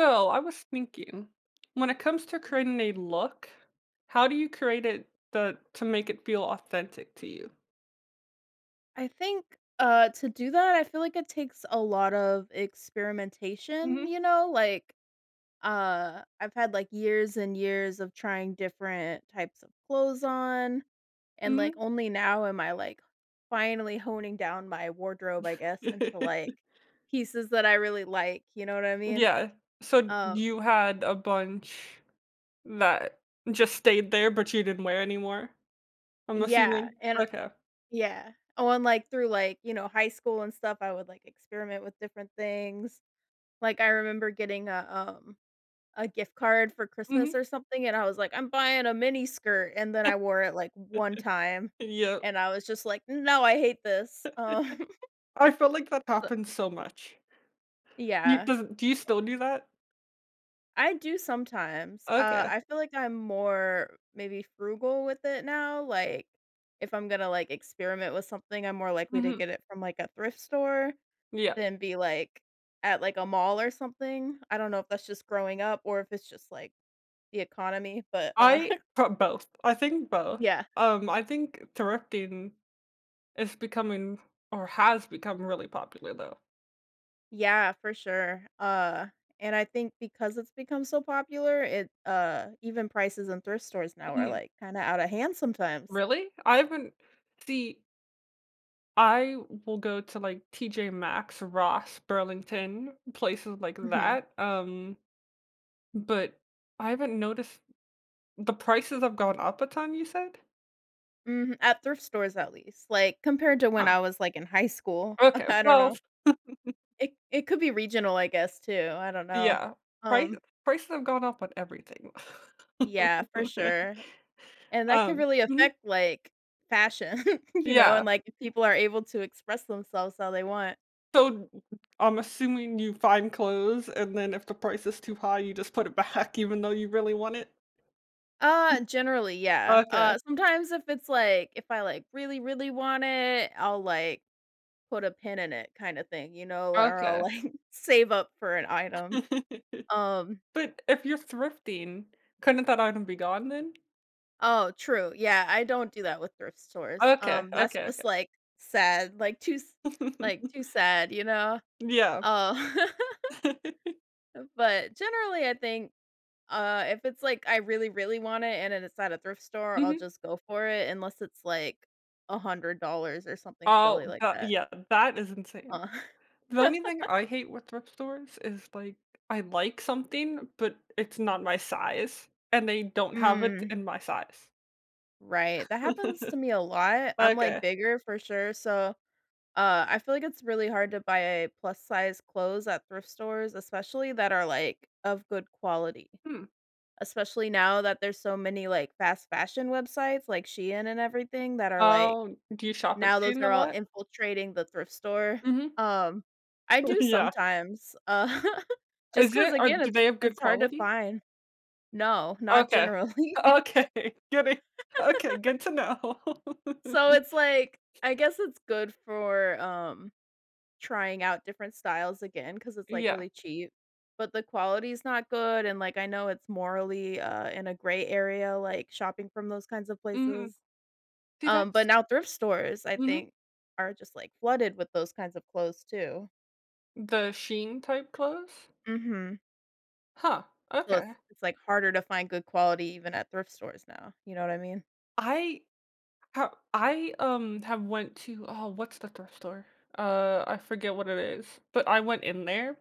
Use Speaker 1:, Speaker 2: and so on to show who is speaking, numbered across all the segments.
Speaker 1: So I was thinking, when it comes to creating a look, how do you create it the to make it feel authentic to you?
Speaker 2: I think, to do that, I feel like it takes a lot of experimentation,
Speaker 1: Mhm,
Speaker 2: you know? Like, I've had, like, years and years of trying different types of clothes on, and, like,
Speaker 1: mhm.
Speaker 2: only now am I, like, finally honing down my wardrobe, I guess, into, like, pieces that I really like, you know what I mean?
Speaker 1: Yeah. So
Speaker 2: Um
Speaker 1: you had a bunch that just stayed there, but you didn't wear anymore, I'm
Speaker 2: Yeah,
Speaker 1: assuming?
Speaker 2: and
Speaker 1: Okay.
Speaker 2: yeah. Oh, and, like, through, like, high school and stuff, I would, like, experiment with different things. Like, I remember getting a gift card for Christmas
Speaker 1: Mhm.
Speaker 2: or something, and I was like, "I'm buying a mini skirt," and then I wore it, like, one time,
Speaker 1: Yeah.
Speaker 2: and I was just like, "No, I hate this."
Speaker 1: I feel like that happens so much. You
Speaker 2: Yeah,
Speaker 1: does Do you still do that?
Speaker 2: I do sometimes.
Speaker 1: Okay.
Speaker 2: I feel like I'm more maybe frugal with it now, like, if I'm gonna, like, experiment with something, I'm more likely to
Speaker 1: Mhm.
Speaker 2: get it from, like, a thrift store
Speaker 1: Yeah.
Speaker 2: than be, like, at, like, a mall or something. I don't know if that's just growing up or if it's just, like, the economy, but,
Speaker 1: I pro both. I think both.
Speaker 2: yeah.
Speaker 1: I think thrifting It's becoming or has become really popular though.
Speaker 2: Yeah, for sure. And I think because it's become so popular, it even prices in thrift stores now are
Speaker 1: Mhm.
Speaker 2: like kind of out of hand sometimes.
Speaker 1: Really? I haven't see, I will go to, like, TJ Maxx, Ross, Burlington, places like
Speaker 2: Mhm.
Speaker 1: that, but I haven't noticed the prices have gone up a ton, you said?
Speaker 2: Mhm. At thrift stores at least. Like compared to when
Speaker 1: Huh.
Speaker 2: I was like in high school.
Speaker 1: Okay,
Speaker 2: I don't
Speaker 1: well,
Speaker 2: know. It could be regional, I guess, too. I don't know.
Speaker 1: yeah. Price
Speaker 2: Um
Speaker 1: prices have gone up on everything.
Speaker 2: yeah for sure. And that can
Speaker 1: Um
Speaker 2: really
Speaker 1: mhm.
Speaker 2: affect like fashion,
Speaker 1: Yeah.
Speaker 2: and like if people are able to express themselves how they want.
Speaker 1: So, I'm assuming you find clothes, and then if the price is too high, you just put it back even though you really want it?
Speaker 2: Generally, yeah.
Speaker 1: Okay.
Speaker 2: Sometimes if it's like if I, like, really, really want it, I'll, like, put a pin in it kinda thing, or I'll,
Speaker 1: Okay.
Speaker 2: like, save up for an item. Um
Speaker 1: But if you're thrifting, couldn't that item be gone then?
Speaker 2: Oh, true, yeah, I don't do that with thrift stores.
Speaker 1: Okay,
Speaker 2: That's
Speaker 1: okay,
Speaker 2: just,
Speaker 1: okay.
Speaker 2: like, sad, like, too sad, you know?
Speaker 1: Yeah.
Speaker 2: Uh, but generally, I think, if it's like I really, really want it and then it's at a thrift store, I'll
Speaker 1: Mhm.
Speaker 2: just go for it unless it's like $100 or something silly
Speaker 1: Oh,
Speaker 2: like
Speaker 1: that
Speaker 2: that.
Speaker 1: yeah, that is insane.
Speaker 2: Uh,
Speaker 1: The only thing I hate with thrift stores is, like, I like something, but it's not my size, and they don't have it
Speaker 2: mm,
Speaker 1: in my size.
Speaker 2: right. That happens to me a lot. I'm, like,
Speaker 1: Okay.
Speaker 2: bigger for sure, so, I feel like it's really hard to buy plus size clothes at thrift stores, especially that are, like, of good quality,
Speaker 1: Hmm.
Speaker 2: especially now that there's so many, like, fast fashion websites like Shein and everything that are, like
Speaker 1: Oh, do you shop at
Speaker 2: now those
Speaker 1: Shein a
Speaker 2: are all
Speaker 1: lot?
Speaker 2: infiltrating the thrift store.
Speaker 1: Mhm.
Speaker 2: Um, I do
Speaker 1: Yeah.
Speaker 2: sometimes, just
Speaker 1: Is
Speaker 2: because
Speaker 1: it or
Speaker 2: again,
Speaker 1: do
Speaker 2: it's
Speaker 1: they have good
Speaker 2: it's hard to
Speaker 1: quality?
Speaker 2: find. No, not
Speaker 1: Okay.
Speaker 2: generally.
Speaker 1: Okay, good. Okay, good to know.
Speaker 2: So it's like I guess it's good for, trying out different styles again because it's, like,
Speaker 1: Yeah.
Speaker 2: really cheap, but the quality's not good, and, like, I know it's morally, in a gray area, like, shopping from those kinds of
Speaker 1: Mhm.
Speaker 2: places,
Speaker 1: See,
Speaker 2: but
Speaker 1: that's
Speaker 2: now thrift stores, I
Speaker 1: mhm,
Speaker 2: think, are just, like, flooded with those kinds of clothes too.
Speaker 1: the Sheen type clothes?
Speaker 2: Mhm.
Speaker 1: Huh,
Speaker 2: So it's
Speaker 1: okay.
Speaker 2: it's, like, harder to find good quality even at thrift stores now, you know what I mean?
Speaker 1: I I have went to oh, what's the thrift store? I forget what it is, but I went in there.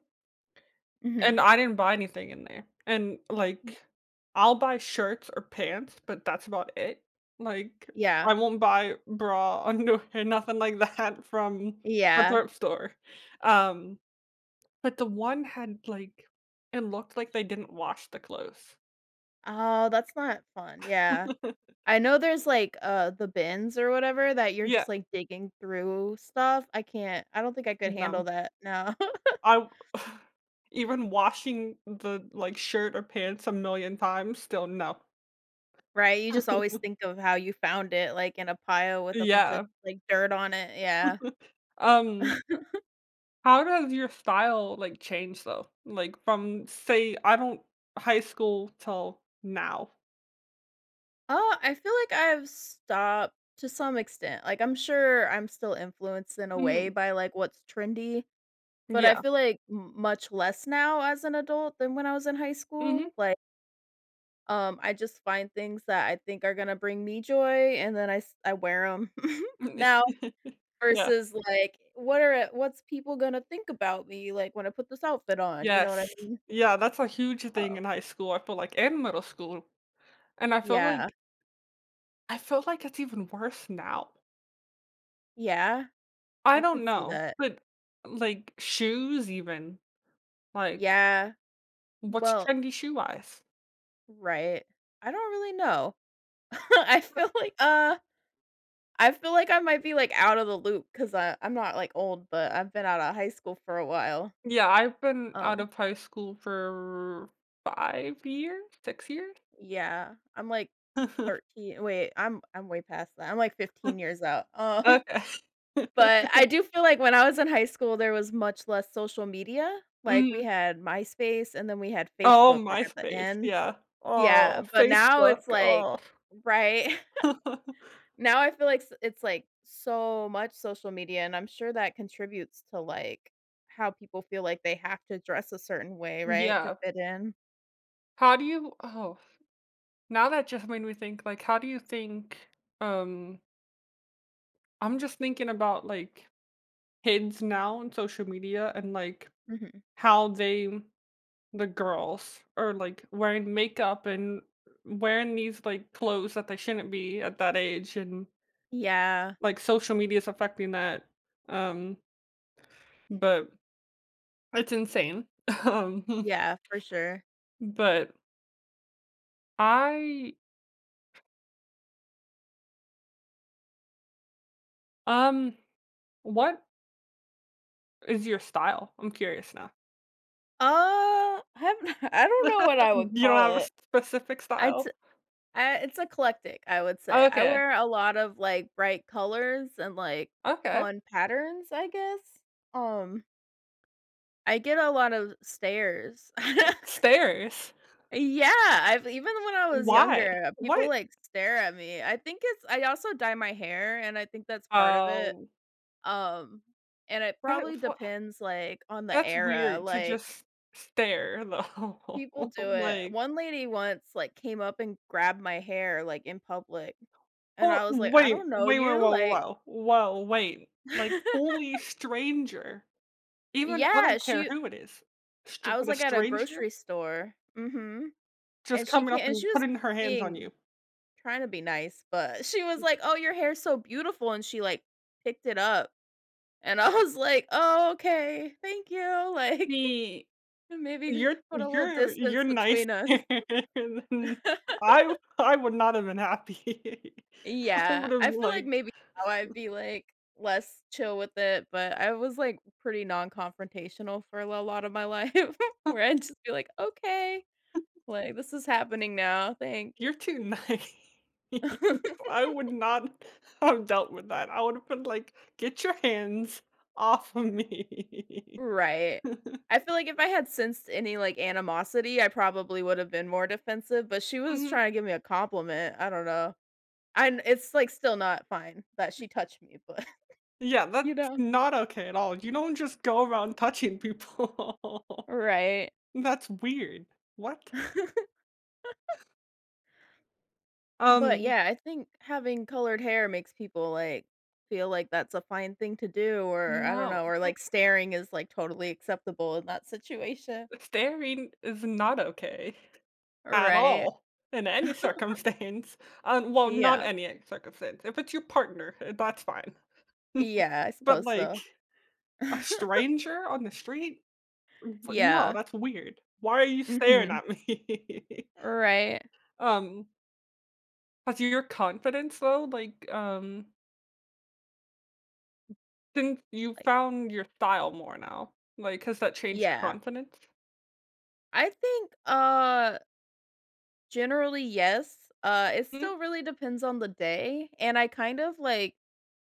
Speaker 1: And
Speaker 2: Mhm.
Speaker 1: I didn't buy anything in there. And, like, I'll buy shirts or pants, but that's about it. Like,
Speaker 2: Yeah.
Speaker 1: I won't buy bra, underwear, nothing like that from a
Speaker 2: Yeah.
Speaker 1: thrift store. Um, but the one had, like, it looked like they didn't wash the clothes.
Speaker 2: Oh, that's not fun, yeah. I know there's, like, the bins or whatever that you're
Speaker 1: Yeah.
Speaker 2: just, like, digging through stuff. I don't think I could handle
Speaker 1: No.
Speaker 2: that, no.
Speaker 1: I even washing the, like, shirt or pants a million times, still no.
Speaker 2: Right, you just always think of how you found it, like, in a pile with a bunch of,
Speaker 1: Yeah.
Speaker 2: like, dirt on it, yeah.
Speaker 1: Um How does your style, like, change though? Like, from, say, I don't high school till now?
Speaker 2: Oh, I feel like I've stopped to some extent. Like, I'm sure I'm still influenced in a way
Speaker 1: Mhm.
Speaker 2: by, like, what's trendy, but I
Speaker 1: Yeah.
Speaker 2: feel like m much less now as an adult than when I was in high
Speaker 1: Mhm.
Speaker 2: school, like. I just find things that I think are gonna bring me joy, and then I wear them now
Speaker 1: Yeah.
Speaker 2: versus, like, what's people gonna think about me, like, when I put this outfit on, you know what I
Speaker 1: Yes.
Speaker 2: mean?
Speaker 1: Yeah, that's a huge thing
Speaker 2: Oh,
Speaker 1: in high school, I feel like, and middle school, and
Speaker 2: yeah.
Speaker 1: I feel like it's even worse now.
Speaker 2: Yeah,
Speaker 1: I
Speaker 2: I
Speaker 1: don't
Speaker 2: could see
Speaker 1: know,
Speaker 2: that.
Speaker 1: but, like, shoes even, like,
Speaker 2: Yeah.
Speaker 1: what's
Speaker 2: Well,
Speaker 1: trendy shoe-wise?
Speaker 2: right. I don't really know. I feel like, I might be, like, out of the loop because I'm not, like, old, but I've been out of high school for a while.
Speaker 1: Yeah, I've been out
Speaker 2: Um
Speaker 1: of high school for 5 years, 6 years?
Speaker 2: Yeah, I'm like 13. Wait, I'm way past that, I'm like 15 years out,
Speaker 1: Okay.
Speaker 2: but I do feel like when I was in high school, there was much less social media, like, we
Speaker 1: Mhm.
Speaker 2: had MySpace and then we had
Speaker 1: Oh,
Speaker 2: Facebook, like, at the
Speaker 1: MySpace,
Speaker 2: end.
Speaker 1: yeah.
Speaker 2: Yeah,
Speaker 1: Oh,
Speaker 2: but now it's
Speaker 1: Facebook,
Speaker 2: like
Speaker 1: oh.
Speaker 2: right, now I feel like s it's, like, so much social media, and I'm sure that contributes to, like, how people feel like they have to dress a certain way, right, to
Speaker 1: Yeah.
Speaker 2: fit in.
Speaker 1: How do you oh, Now that just made me think, like, how do you think, um I'm just thinking about, like, kids now and social media and, like,
Speaker 2: Mhm.
Speaker 1: how they the girls are, like, wearing makeup and wearing these, like, clothes that they shouldn't be at that age and,
Speaker 2: Yeah,
Speaker 1: like, social media is affecting that, um, but it's insane. Um,
Speaker 2: yeah, for sure.
Speaker 1: but I um, what is your style? I'm curious now.
Speaker 2: Have I don't know what I would
Speaker 1: You don't
Speaker 2: call
Speaker 1: have a
Speaker 2: it.
Speaker 1: specific
Speaker 2: I'd s
Speaker 1: style?
Speaker 2: I it's eclectic, I would say. I
Speaker 1: Okay,
Speaker 2: wear a lot of, like, bright colors and, like,
Speaker 1: okay.
Speaker 2: fun patterns, I guess. Um, I get a lot of stares.
Speaker 1: Stairs?
Speaker 2: Yeah, I've even when I was
Speaker 1: Why?
Speaker 2: younger, people,
Speaker 1: What?
Speaker 2: like, stare at me. I think it's I also dye my hair, and I think that's part of it.
Speaker 1: Um.
Speaker 2: Um, and it
Speaker 1: that
Speaker 2: probably
Speaker 1: wha
Speaker 2: depends, like, on the
Speaker 1: that's
Speaker 2: era,
Speaker 1: weird to
Speaker 2: like.
Speaker 1: just stare, though.
Speaker 2: People do it.
Speaker 1: Like,
Speaker 2: One lady once, like, came up and grabbed my hair, like, in public, and
Speaker 1: or
Speaker 2: I was like, "I don't
Speaker 1: wait,
Speaker 2: know
Speaker 1: wait, Wait!
Speaker 2: you,"
Speaker 1: Whoa,
Speaker 2: like.
Speaker 1: whoa, whoa, wait. Like, fully stranger. Even I
Speaker 2: Yeah,
Speaker 1: don't care
Speaker 2: she
Speaker 1: who it is, str
Speaker 2: I was,
Speaker 1: but a
Speaker 2: like, at a
Speaker 1: stranger?
Speaker 2: grocery store. Mhm,
Speaker 1: Just
Speaker 2: and she
Speaker 1: coming
Speaker 2: came
Speaker 1: up
Speaker 2: and she
Speaker 1: and
Speaker 2: was
Speaker 1: putting her hands on
Speaker 2: being
Speaker 1: you.
Speaker 2: trying to be nice, but she was like, "Oh, your hair's so beautiful," and she, like, picked it up, and I was like, "Oh, okay. Thank you," like.
Speaker 1: The
Speaker 2: Maybe
Speaker 1: You're
Speaker 2: put a little
Speaker 1: you're you're
Speaker 2: distance
Speaker 1: nice
Speaker 2: between us.
Speaker 1: and I would not have been happy. I
Speaker 2: Yeah,
Speaker 1: would have
Speaker 2: I feel like
Speaker 1: like,
Speaker 2: maybe now I'd be, like, less chill with it, but I was, like, pretty non-confrontational for a lo lot of my life where I'd just be like, "Okay, like, this is happening now, thanks."
Speaker 1: "You're too nice." I would not have dealt with that. I would have been like, "Get your hands off of me."
Speaker 2: Right. I feel like if I had sensed any, like, animosity, I probably would have been more defensive, but she was
Speaker 1: Mhm.
Speaker 2: trying to give me a compliment, I don't know. I It's, like, still not fine that she touched me, but,
Speaker 1: Yeah,
Speaker 2: you
Speaker 1: that's
Speaker 2: know?
Speaker 1: not okay at all. You don't just go around touching people.
Speaker 2: Right.
Speaker 1: That's weird. What?
Speaker 2: But
Speaker 1: Um.
Speaker 2: yeah, I think having colored hair makes people like feel like that's a fine thing to do, or I don't
Speaker 1: No.
Speaker 2: know, or like staring is like totally acceptable in that situation.
Speaker 1: Staring is not okay at
Speaker 2: Right.
Speaker 1: all in any circumstance. Well, not
Speaker 2: Yeah.
Speaker 1: any circumstance. If it's your partner, eh, that's fine.
Speaker 2: Yeah, I
Speaker 1: But
Speaker 2: suppose
Speaker 1: like
Speaker 2: so.
Speaker 1: a stranger on the street? W no,
Speaker 2: Yeah.
Speaker 1: that's weird. Why are you staring
Speaker 2: Mhm.
Speaker 1: at me?
Speaker 2: Right.
Speaker 1: Um, has your confidence though, like, since you
Speaker 2: Like,
Speaker 1: found your style more now, like, has that changed your
Speaker 2: yeah.
Speaker 1: confidence?
Speaker 2: I think generally yes. It
Speaker 1: Hmm?
Speaker 2: still really depends on the day, and I kind of like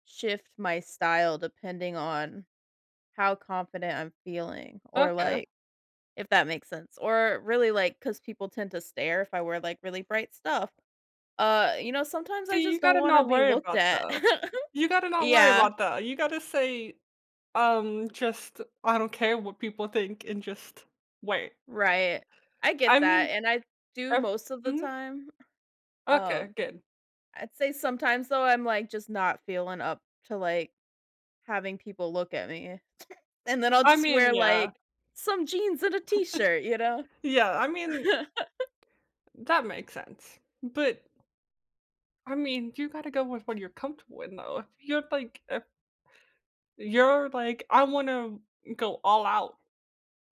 Speaker 2: shift my style depending on how confident I'm feeling or
Speaker 1: Okay.
Speaker 2: like. If that makes sense, or really, like, cause people tend to stare if I wear, like, really bright stuff. Sometimes I
Speaker 1: See,
Speaker 2: just
Speaker 1: you
Speaker 2: don't
Speaker 1: gotta
Speaker 2: wanna
Speaker 1: not
Speaker 2: be
Speaker 1: worry
Speaker 2: looked
Speaker 1: about
Speaker 2: at.
Speaker 1: that. You gotta not worry
Speaker 2: Yeah,
Speaker 1: about that. You gotta say Just I don't care what people think and just wait.
Speaker 2: right. I get
Speaker 1: I
Speaker 2: that,
Speaker 1: mean,
Speaker 2: and I do
Speaker 1: if
Speaker 2: most of the
Speaker 1: mhm,
Speaker 2: time.
Speaker 1: okay,
Speaker 2: Um,
Speaker 1: good.
Speaker 2: I'd say sometimes, though, I'm, like, just not feeling up to, like, having people look at me, and then I'll
Speaker 1: I
Speaker 2: just
Speaker 1: mean,
Speaker 2: wear,
Speaker 1: yeah.
Speaker 2: like, some jeans and a t-shirt, you know?
Speaker 1: Yeah, I mean, that makes sense. But, I mean, you gotta go with what you're comfortable in, though. If you're like, "I wanna go all out,"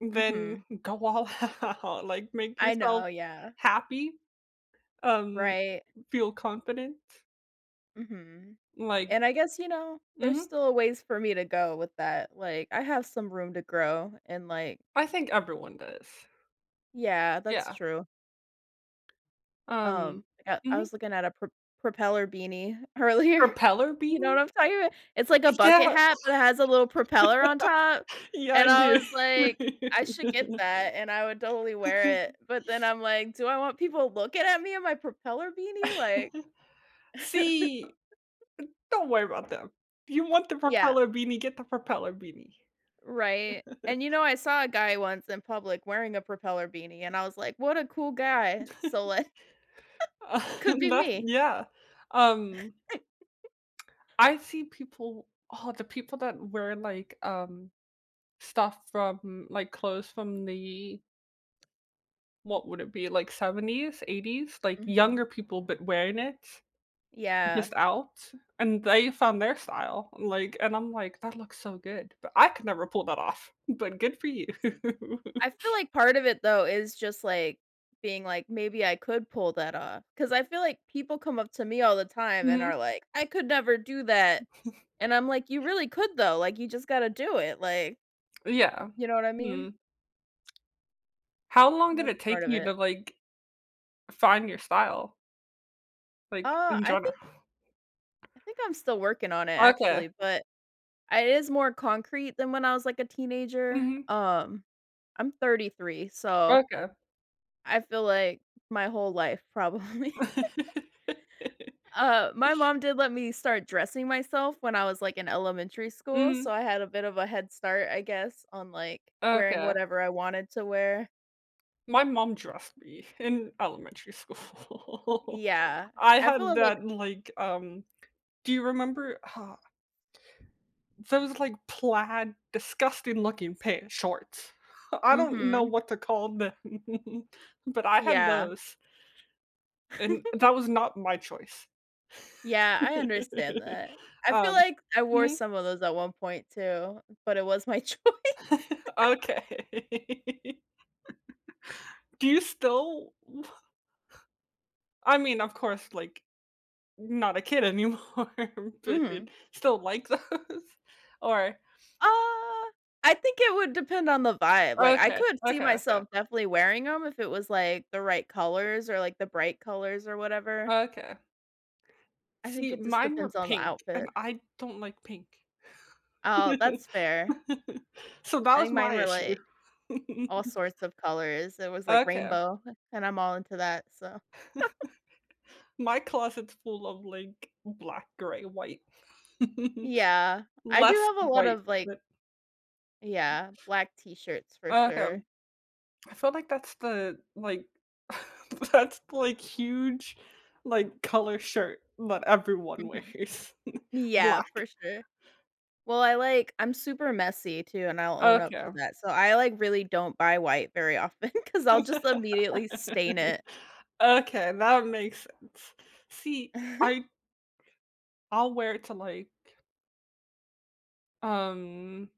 Speaker 1: then
Speaker 2: Mhm.
Speaker 1: go all out, like, make
Speaker 2: I
Speaker 1: yourself
Speaker 2: know, yeah.
Speaker 1: happy, um,
Speaker 2: Right.
Speaker 1: feel confident,
Speaker 2: Mhm.
Speaker 1: like
Speaker 2: And I guess, there's
Speaker 1: mhm,
Speaker 2: still a ways for me to go with that, like, I have some room to grow and, like,
Speaker 1: I think everyone does.
Speaker 2: yeah, that's
Speaker 1: Yeah,
Speaker 2: true.
Speaker 1: um
Speaker 2: I
Speaker 1: mhm.
Speaker 2: was looking at a propeller beanie earlier.
Speaker 1: Propeller
Speaker 2: You know what
Speaker 1: beanie?
Speaker 2: I'm talking about? It's like a bucket
Speaker 1: Yeah.
Speaker 2: hat, but it has a little propeller on top,
Speaker 1: Yeah,
Speaker 2: and
Speaker 1: I
Speaker 2: I
Speaker 1: do.
Speaker 2: was like, "I should get that, and I would totally wear it," but then I'm like, "Do I want people looking at me in my propeller beanie?" Like.
Speaker 1: See, don't worry about them. You want the
Speaker 2: Yeah.
Speaker 1: propeller beanie, get the propeller beanie.
Speaker 2: Right, and I saw a guy once in public wearing a propeller beanie, and I was like, "What a cool guy." So, like,
Speaker 1: Uh,
Speaker 2: could be
Speaker 1: that
Speaker 2: me.
Speaker 1: yeah. Um, I see people oh, the people that wear, like, stuff from clothes from the what would it be, like, 70s, 80s? Like,
Speaker 2: Mhm.
Speaker 1: younger people, but wearing it.
Speaker 2: Yeah.
Speaker 1: Just out, and they found their style, like, and I'm like, "That looks so good," but I could never pull that off, but good for you.
Speaker 2: See, I feel like part of it, though, is just, like, being like, "Maybe I could pull that off, because I feel like people come up to me all the time and
Speaker 1: Mhm,
Speaker 2: are like, "I could never do that." And I'm like, "You really could though, like, you just gotta do it," like,
Speaker 1: yeah.
Speaker 2: you know what I
Speaker 1: Hmm.
Speaker 2: mean?
Speaker 1: How long
Speaker 2: And
Speaker 1: did
Speaker 2: that's
Speaker 1: it
Speaker 2: part
Speaker 1: take
Speaker 2: of
Speaker 1: you to,
Speaker 2: it.
Speaker 1: like, find your style, like,
Speaker 2: Uh,
Speaker 1: in
Speaker 2: I
Speaker 1: general?
Speaker 2: think I think I'm still working on it
Speaker 1: Okay.
Speaker 2: actually, but I it is more concrete than when I was, like, a teenager.
Speaker 1: Mhm.
Speaker 2: I'm 33, so
Speaker 1: Okay.
Speaker 2: I feel like my whole life probably. My mom did let me start dressing myself when I was, like, in elementary school, so
Speaker 1: Mhm.
Speaker 2: I had a bit of a head start, I guess, on, like, wearing
Speaker 1: Okay.
Speaker 2: whatever I wanted to wear.
Speaker 1: My mom dressed me in elementary school.
Speaker 2: Yeah.
Speaker 1: I
Speaker 2: I
Speaker 1: had
Speaker 2: feel like.
Speaker 1: that, like, um, do you remember those like plaid, disgusting looking pants shorts. I don't know
Speaker 2: Mhm.
Speaker 1: what to call them, but I had
Speaker 2: Yeah.
Speaker 1: those, and that was not my choice.
Speaker 2: Yeah, I understand that. I feel
Speaker 1: Um
Speaker 2: like I wore
Speaker 1: mhm.
Speaker 2: some of those at one point too, but it was my choice.
Speaker 1: Okay. Do you still I mean, of course, like, not a kid anymore, but
Speaker 2: Mhm.
Speaker 1: still like those? Or
Speaker 2: Uh, I think it would depend on the vibe, like, I
Speaker 1: okay,
Speaker 2: could see
Speaker 1: okay, okay,
Speaker 2: myself definitely wearing them if it was, like, the right colors or, like, the bright colors or whatever.
Speaker 1: okay.
Speaker 2: I think
Speaker 1: See,
Speaker 2: it just
Speaker 1: mine were
Speaker 2: depends on the
Speaker 1: pink,
Speaker 2: outfit.
Speaker 1: and I don't like pink.
Speaker 2: Oh, that's fair.
Speaker 1: So that
Speaker 2: I
Speaker 1: was
Speaker 2: think mine
Speaker 1: my
Speaker 2: were,
Speaker 1: issue.
Speaker 2: like, all sorts of colors. It was, like,
Speaker 1: Okay,
Speaker 2: rainbow, and I'm all into that, so
Speaker 1: my closet's full of, like, black, gray, white.
Speaker 2: yeah. I do
Speaker 1: Less
Speaker 2: have a lot
Speaker 1: white,
Speaker 2: of, like.
Speaker 1: but
Speaker 2: Yeah, black t-shirts for
Speaker 1: okay.
Speaker 2: sure.
Speaker 1: I feel like that's the, like that's, the, like, huge, like, color shirt that everyone
Speaker 2: Mhm.
Speaker 1: wears.
Speaker 2: Yeah, for
Speaker 1: Black.
Speaker 2: sure. Well, I'm super messy too, and I'll own up
Speaker 1: Okay.
Speaker 2: to that. So I like really don't buy white very often because 'cause I'll just immediately stain it.
Speaker 1: Okay, that makes sense. See, I I'll wear it to, like, um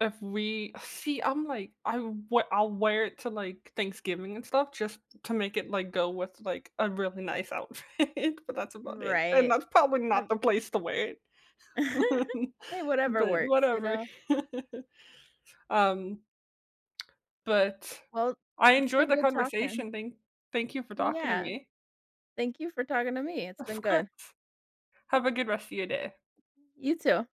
Speaker 1: If we see, I'm like, I w I'll wear it to, like, Thanksgiving and stuff just to make it, like, go with, like, a really nice outfit, but that's about it, and
Speaker 2: Right.
Speaker 1: that's probably not
Speaker 2: Um
Speaker 1: the place to wear it.
Speaker 2: Hey, whatever
Speaker 1: But
Speaker 2: works, you
Speaker 1: whatever.
Speaker 2: know?
Speaker 1: Um, but
Speaker 2: Well,
Speaker 1: I
Speaker 2: it's
Speaker 1: enjoyed
Speaker 2: been
Speaker 1: the
Speaker 2: good talking.
Speaker 1: conversation. Thank you for talking to
Speaker 2: Yeah.
Speaker 1: me.
Speaker 2: Thank you for talking to me. It's been
Speaker 1: Of
Speaker 2: good.
Speaker 1: course. Have a good rest of your day.
Speaker 2: You too.